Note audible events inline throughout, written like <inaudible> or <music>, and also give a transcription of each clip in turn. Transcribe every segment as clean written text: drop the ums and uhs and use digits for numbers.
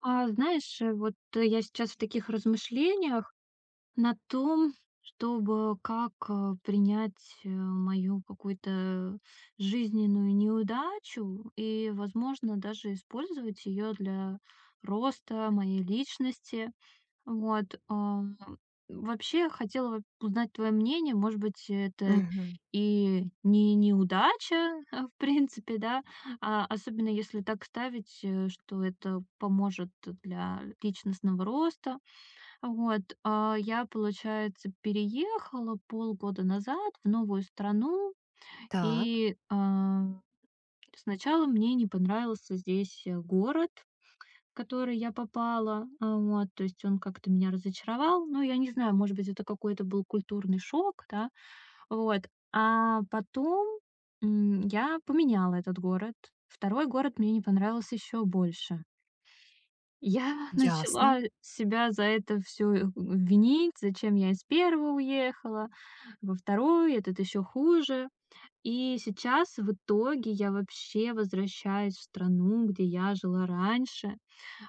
А знаешь, вот я сейчас в таких размышлениях на том, чтобы как принять мою какую-то жизненную неудачу и, возможно, даже использовать ее для роста моей личности. Вот, вообще хотела бы узнать твое мнение. Может быть, это Мгм. и не неудача, <laughs> в принципе, да, а, особенно если так ставить, что это поможет для личностного роста. Вот, а, я, получается, переехала полгода назад в новую страну, Так, и а, сначала мне не понравился здесь город. В который я попала, а, вот, то есть он как-то меня разочаровал. Но я не знаю, может быть, это какой-то был культурный шок, да, вот. А потом, я поменяла этот город. Второй город мне не понравился еще больше. Я <laughs> ясно, начала себя за это все винить, зачем я из первого уехала во второй, этот еще хуже. И сейчас в итоге я вообще возвращаюсь в страну, где я жила раньше.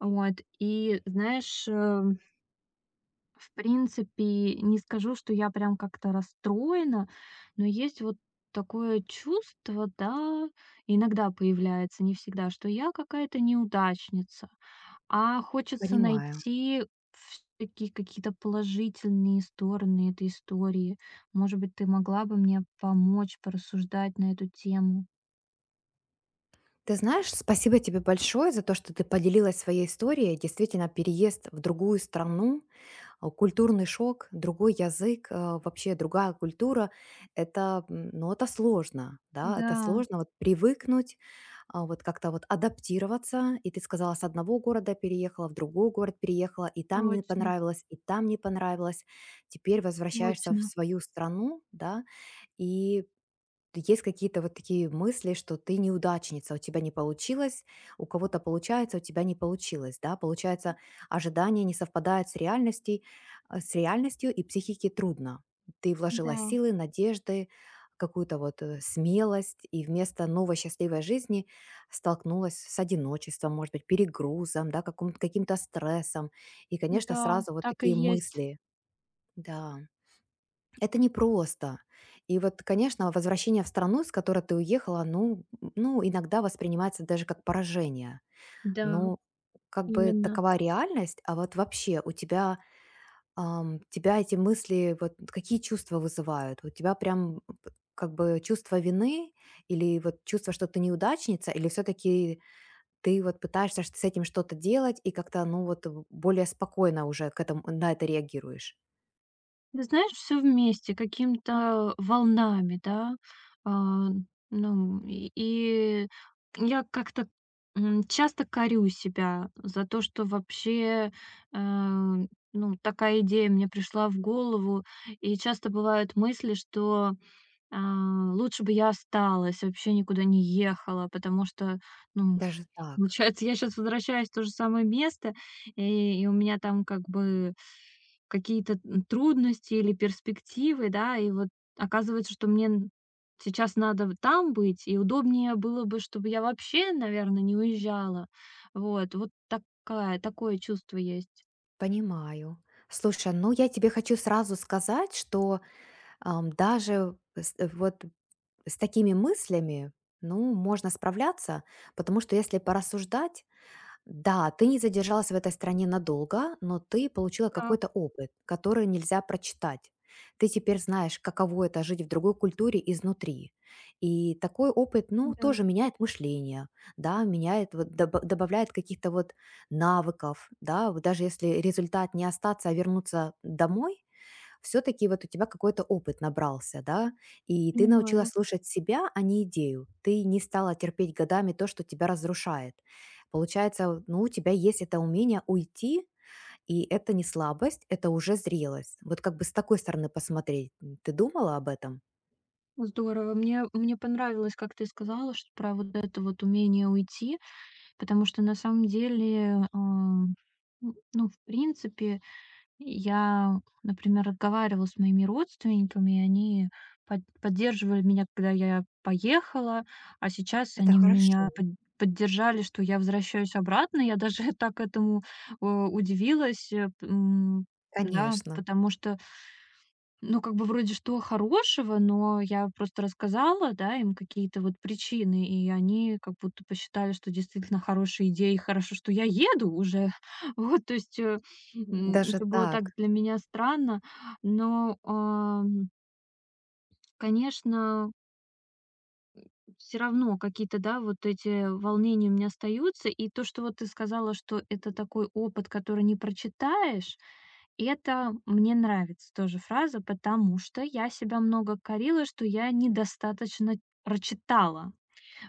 Вот, и знаешь, в принципе, не скажу, что я прям как-то расстроена, но есть вот такое чувство, да, иногда появляется, не всегда, что я какая-то неудачница, а хочется понимаю. найти все-таки какие-то положительные стороны этой истории. Может быть, ты могла бы мне помочь порассуждать на эту тему? Ты знаешь, спасибо тебе большое за то, что ты поделилась своей историей. Действительно, переезд в другую страну, культурный шок, другой язык, вообще другая культура, это, ну, это сложно, да, это Да, сложно вот привыкнуть, вот как-то вот адаптироваться. И ты сказала, с одного города переехала, в другой город переехала, и там не точно, понравилось, и там не понравилось. Теперь возвращаешься в точно, свою страну, да, и есть какие-то вот такие мысли, что ты неудачница, у тебя не получилось, у кого-то получается, у тебя не получилось, да? Получается, ожидания не совпадают с реальностью и психике трудно. Ты вложила да, силы, надежды, какую-то вот смелость, и вместо новой счастливой жизни столкнулась с одиночеством, может быть, перегрузом, да, каким-то стрессом, и, конечно, да, сразу вот так и такие есть, мысли, да. Это непросто. И вот, конечно, возвращение в страну, с которой ты уехала, ну, ну, иногда воспринимается даже как поражение. да. Ну, как бы Именно. такова реальность, а вот вообще у тебя, тебя эти мысли, вот какие чувства вызывают? У тебя прям как бы чувство вины или вот чувство, что ты неудачница, или все-таки ты вот пытаешься с этим что-то делать и как-то, ну вот, более спокойно уже к этому, на это реагируешь? Ты знаешь, все вместе, какими-то волнами, да. А, ну, и я как-то, часто корю себя за то, что вообще, э, ну, такая идея мне пришла в голову. И часто бывают мысли, что, а, лучше бы я осталась, вообще никуда не ехала, потому что, ну, Даже так. получается, я сейчас возвращаюсь в то же самое место, и у меня там как бы какие-то, трудности или перспективы, да. И вот оказывается, что мне н сейчас надо в там быть, и удобнее было бы, чтобы я вообще, наверное, не уезжала. Вот такая такое чувство есть. Понимаю. Слушай, ну я тебе хочу сразу сказать, что ам, даже с- э, вот с такими мыслями, ну, можно справляться, потому что если порассуждать, да, ты не задержалась в этой стране надолго, но ты получила какой-то Так, опыт, который нельзя прочитать. Ты теперь знаешь, каково это жить в другой культуре изнутри. И такой опыт, ну, да, тоже меняет мышление, да, меняет, вот, добавляет каких-то вот навыков, да, вот даже если результат не остаться, а вернуться домой, все-таки вот у тебя какой-то опыт набрался, да, и ты научилась понимаю. слушать себя, а не идею. Ты не стала терпеть годами то, что тебя разрушает. Получается, ну, у тебя есть это умение уйти, и это не слабость, это уже зрелость. Вот как бы с такой стороны посмотреть. Ты думала об этом? Здорово. Мне понравилось, как ты сказала, что про вот это вот умение уйти, потому что на самом деле, а, ну, в принципе, я, например, разговаривала с моими родственниками, и они поддерживали меня, когда я поехала, а сейчас Это они хорошо, меня поддержали, что я возвращаюсь обратно. Я даже <laughs> так этому, удивилась, да, конечно. потому что ну, как бы вроде что хорошего, но я просто рассказала, да, им какие-то вот причины, и они как будто посчитали, что действительно хорошая идея, и хорошо, что я еду уже. <laughs> Вот, то есть Даже это было так так. для меня странно, но, конечно, все равно какие-то, да, вот эти волнения у меня остаются, и то, что вот ты сказала, что это такой опыт, который не прочитаешь. Это мне нравится тоже фраза, потому что я себя много корила, что я недостаточно прочитала.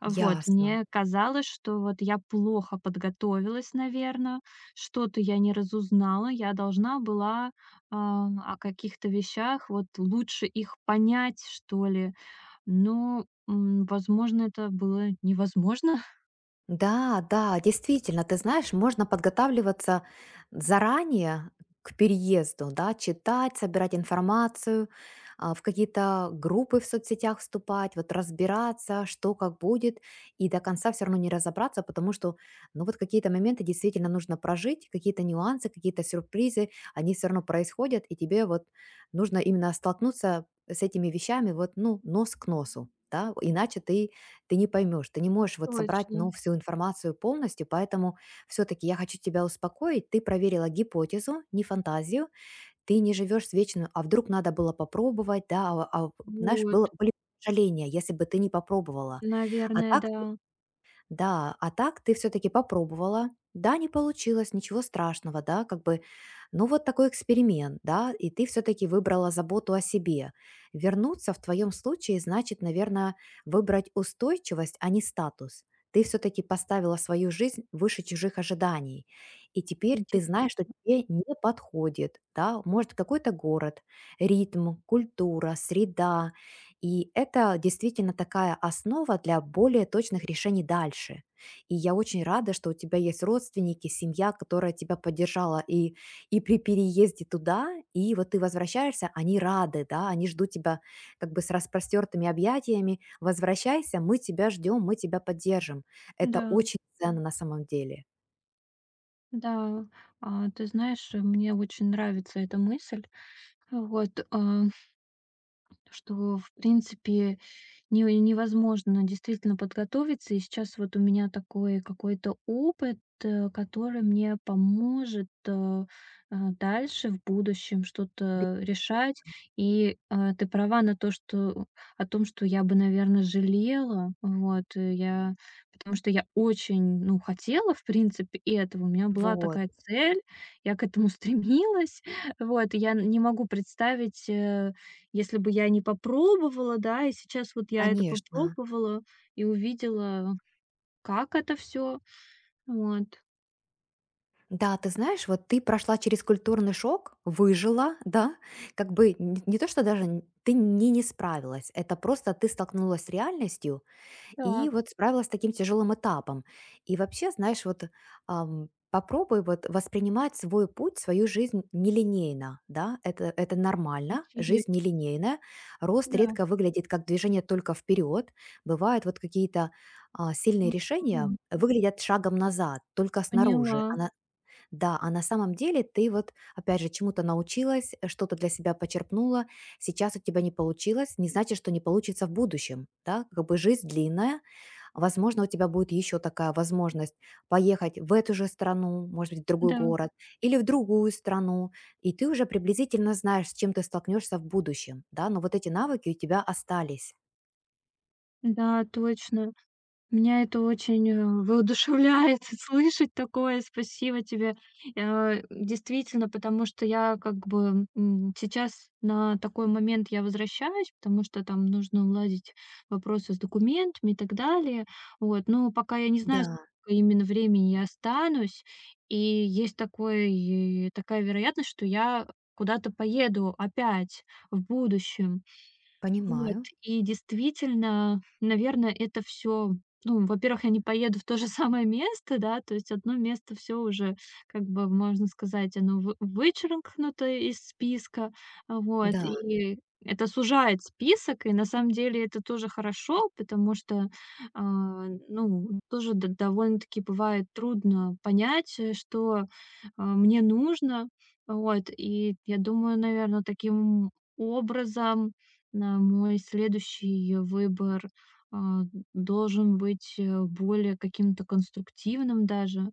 Вот, Ясно. мне казалось, что вот я плохо подготовилась, наверное, что-то я не разузнала, я должна была а, о каких-то вещах вот лучше их понять, что ли. Но, возможно, это было невозможно. <laughs> Да, да, действительно, ты знаешь, можно подготавливаться заранее к переезду, да, читать, собирать информацию, в какие-то группы в соцсетях вступать, вот разбираться, что как будет, и до конца все равно не разобраться, потому что, ну вот какие-то моменты действительно нужно прожить, какие-то нюансы, какие-то сюрпризы, они все равно происходят, и тебе вот нужно именно столкнуться с этими вещами вот, ну, нос к носу, да, иначе ты не поймешь, ты не можешь вот собрать, ну, Точно. всю информацию полностью, поэтому все-таки я хочу тебя успокоить. Ты проверила гипотезу, не фантазию, ты не живешь с вечным, а вдруг надо было попробовать, да, знаешь, было, Вот, были сожаления, если бы ты не попробовала. А наверное, так да. да, а так ты все таки попробовала. Да, не получилось, ничего страшного, да, как бы, ну, вот такой эксперимент, да, и ты все таки выбрала заботу о себе. Вернуться в твоем случае значит, наверное, выбрать устойчивость, а не статус. Ты все таки поставила свою жизнь выше чужих ожиданий, и теперь ты Иде- знаешь, что тебе не подходит, да, может, какой-то город, ритм, культура, среда, и это действительно такая основа для более точных решений дальше. И я очень рада, что у тебя есть родственники, семья, которая тебя поддержала и при переезде туда, и вот ты возвращаешься, они рады, да, они ждут тебя как бы с распростертыми объятиями. Возвращайся, мы тебя ждем, мы тебя поддержим. Это Да. очень ценно на самом деле. Да, а, ты знаешь, мне очень нравится эта мысль. Вот, а что, в принципе, не невозможно действительно подготовиться. И сейчас вот у меня такой какой-то опыт, который мне поможет, а, дальше в будущем Бе- что-то решать. И, а, ты права на то, что о том, что я бы, наверное, жалела. Вот, я потому что я очень, ну, хотела, в принципе, этого. У меня была Вот, такая цель, я к этому <laughs> стремилась. Вот, и я не могу представить, если бы я не попробовала, да, и сейчас вот я это конечно. попробовала и увидела, как это все. Вот. Да, ты знаешь, вот ты прошла через культурный шок, выжила, да, как бы не то, что даже ты не справилась, это просто ты столкнулась с реальностью и Так, вот справилась с таким тяжелым этапом. И вообще, знаешь, вот попробуй вот воспринимать свой путь, свою жизнь нелинейно, да, это нормально, жизнь интересно, нелинейная, рост да. редко выглядит как движение только вперед, бывают вот какие-то сильные решения М, выглядят шагом назад, только снаружи, поняла. А на самом деле ты вот, опять же, чему-то научилась, что-то для себя почерпнула, сейчас у тебя не получилось, не значит, что не получится в будущем, да, как бы жизнь длинная, возможно, у тебя будет еще такая возможность поехать в эту же страну, может быть, в другой Да, город или в другую страну, и ты уже приблизительно знаешь, с чем ты столкнешься в будущем, да, но вот эти навыки у тебя остались. да, точно. Меня это очень, воодушевляет <laughs> слышать такое. Спасибо тебе. Действительно, потому что я как бы, сейчас на такой момент я возвращаюсь, потому что там нужно уладить вопросы с документами и так далее. Вот, но пока я не знаю, Да, сколько именно времени я останусь, и есть такая вероятность, что я куда-то поеду опять в будущем. Вот, понимаю, и действительно, наверное, это все, ну, во-первых, я не поеду в то же <laughs> самое место, да, то есть одно место все уже, как бы, можно сказать, оно вы вычеркнуто из списка. Вот, да. и это сужает список, и на самом деле это тоже хорошо, потому что, а, ну, тоже д довольно-таки бывает трудно понять, что, а, мне нужно. Вот, и я думаю, наверное, таким образом на мой следующий выбор, а, должен быть, более каким-то конструктивным даже.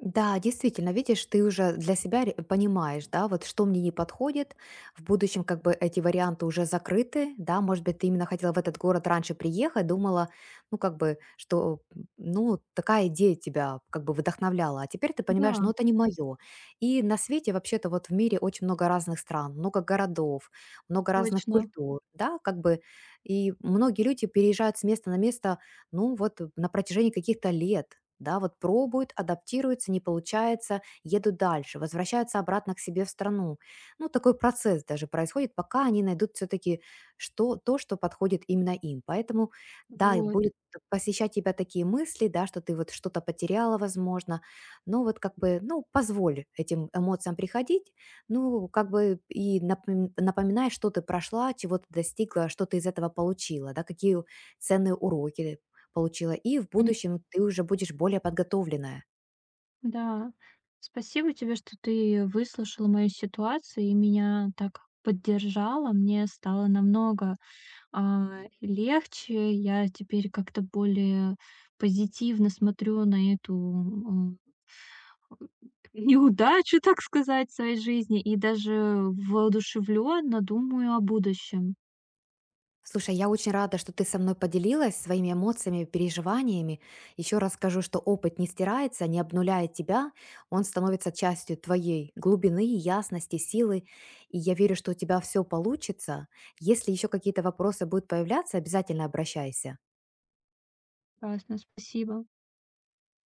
Да, действительно, видишь, ты уже для себя понимаешь, да, вот что мне не подходит. В будущем как бы эти варианты уже закрыты, да, может быть, ты именно хотела в этот город раньше приехать, думала, ну, как бы, что, ну, такая идея тебя как бы вдохновляла, а теперь ты Да, понимаешь, ну, это не мое. И на свете вообще-то вот в мире очень много разных стран, много городов, много разных точно. культур, да, как бы, и многие люди переезжают с места на место, ну, вот на протяжении каких-то лет, да, вот пробуют, адаптируются, не получается, едут дальше, возвращаются обратно к себе в страну. Ну, такой процесс даже происходит, пока они найдут все-таки что, то, что подходит именно им. Поэтому, да, и Вот. будет посещать тебя такие мысли, да, что ты вот что-то потеряла, возможно, но вот как бы, ну, позволь этим эмоциям приходить, ну, как бы и напоминай, что ты прошла, чего ты достигла, что ты из этого получила, да, какие ценные уроки получила, и в Пони будущем ты уже будешь более подготовленная. да. Спасибо тебе, что ты выслушала мою ситуацию и меня так поддержала. Мне стало намного, а, легче. Я теперь как-то более позитивно смотрю неудачи, так сказать, в своей жизни и даже воодушевленно думаю о будущем. Слушай, я очень рада, что ты со мной поделилась своими эмоциями, переживаниями. Еще раз скажу, что опыт не стирается, не обнуляет тебя, он становится частью твоей глубины, ясности, силы. И я верю, что у тебя все получится. Если еще какие-то вопросы будут появляться, обязательно обращайся. Классно, спасибо.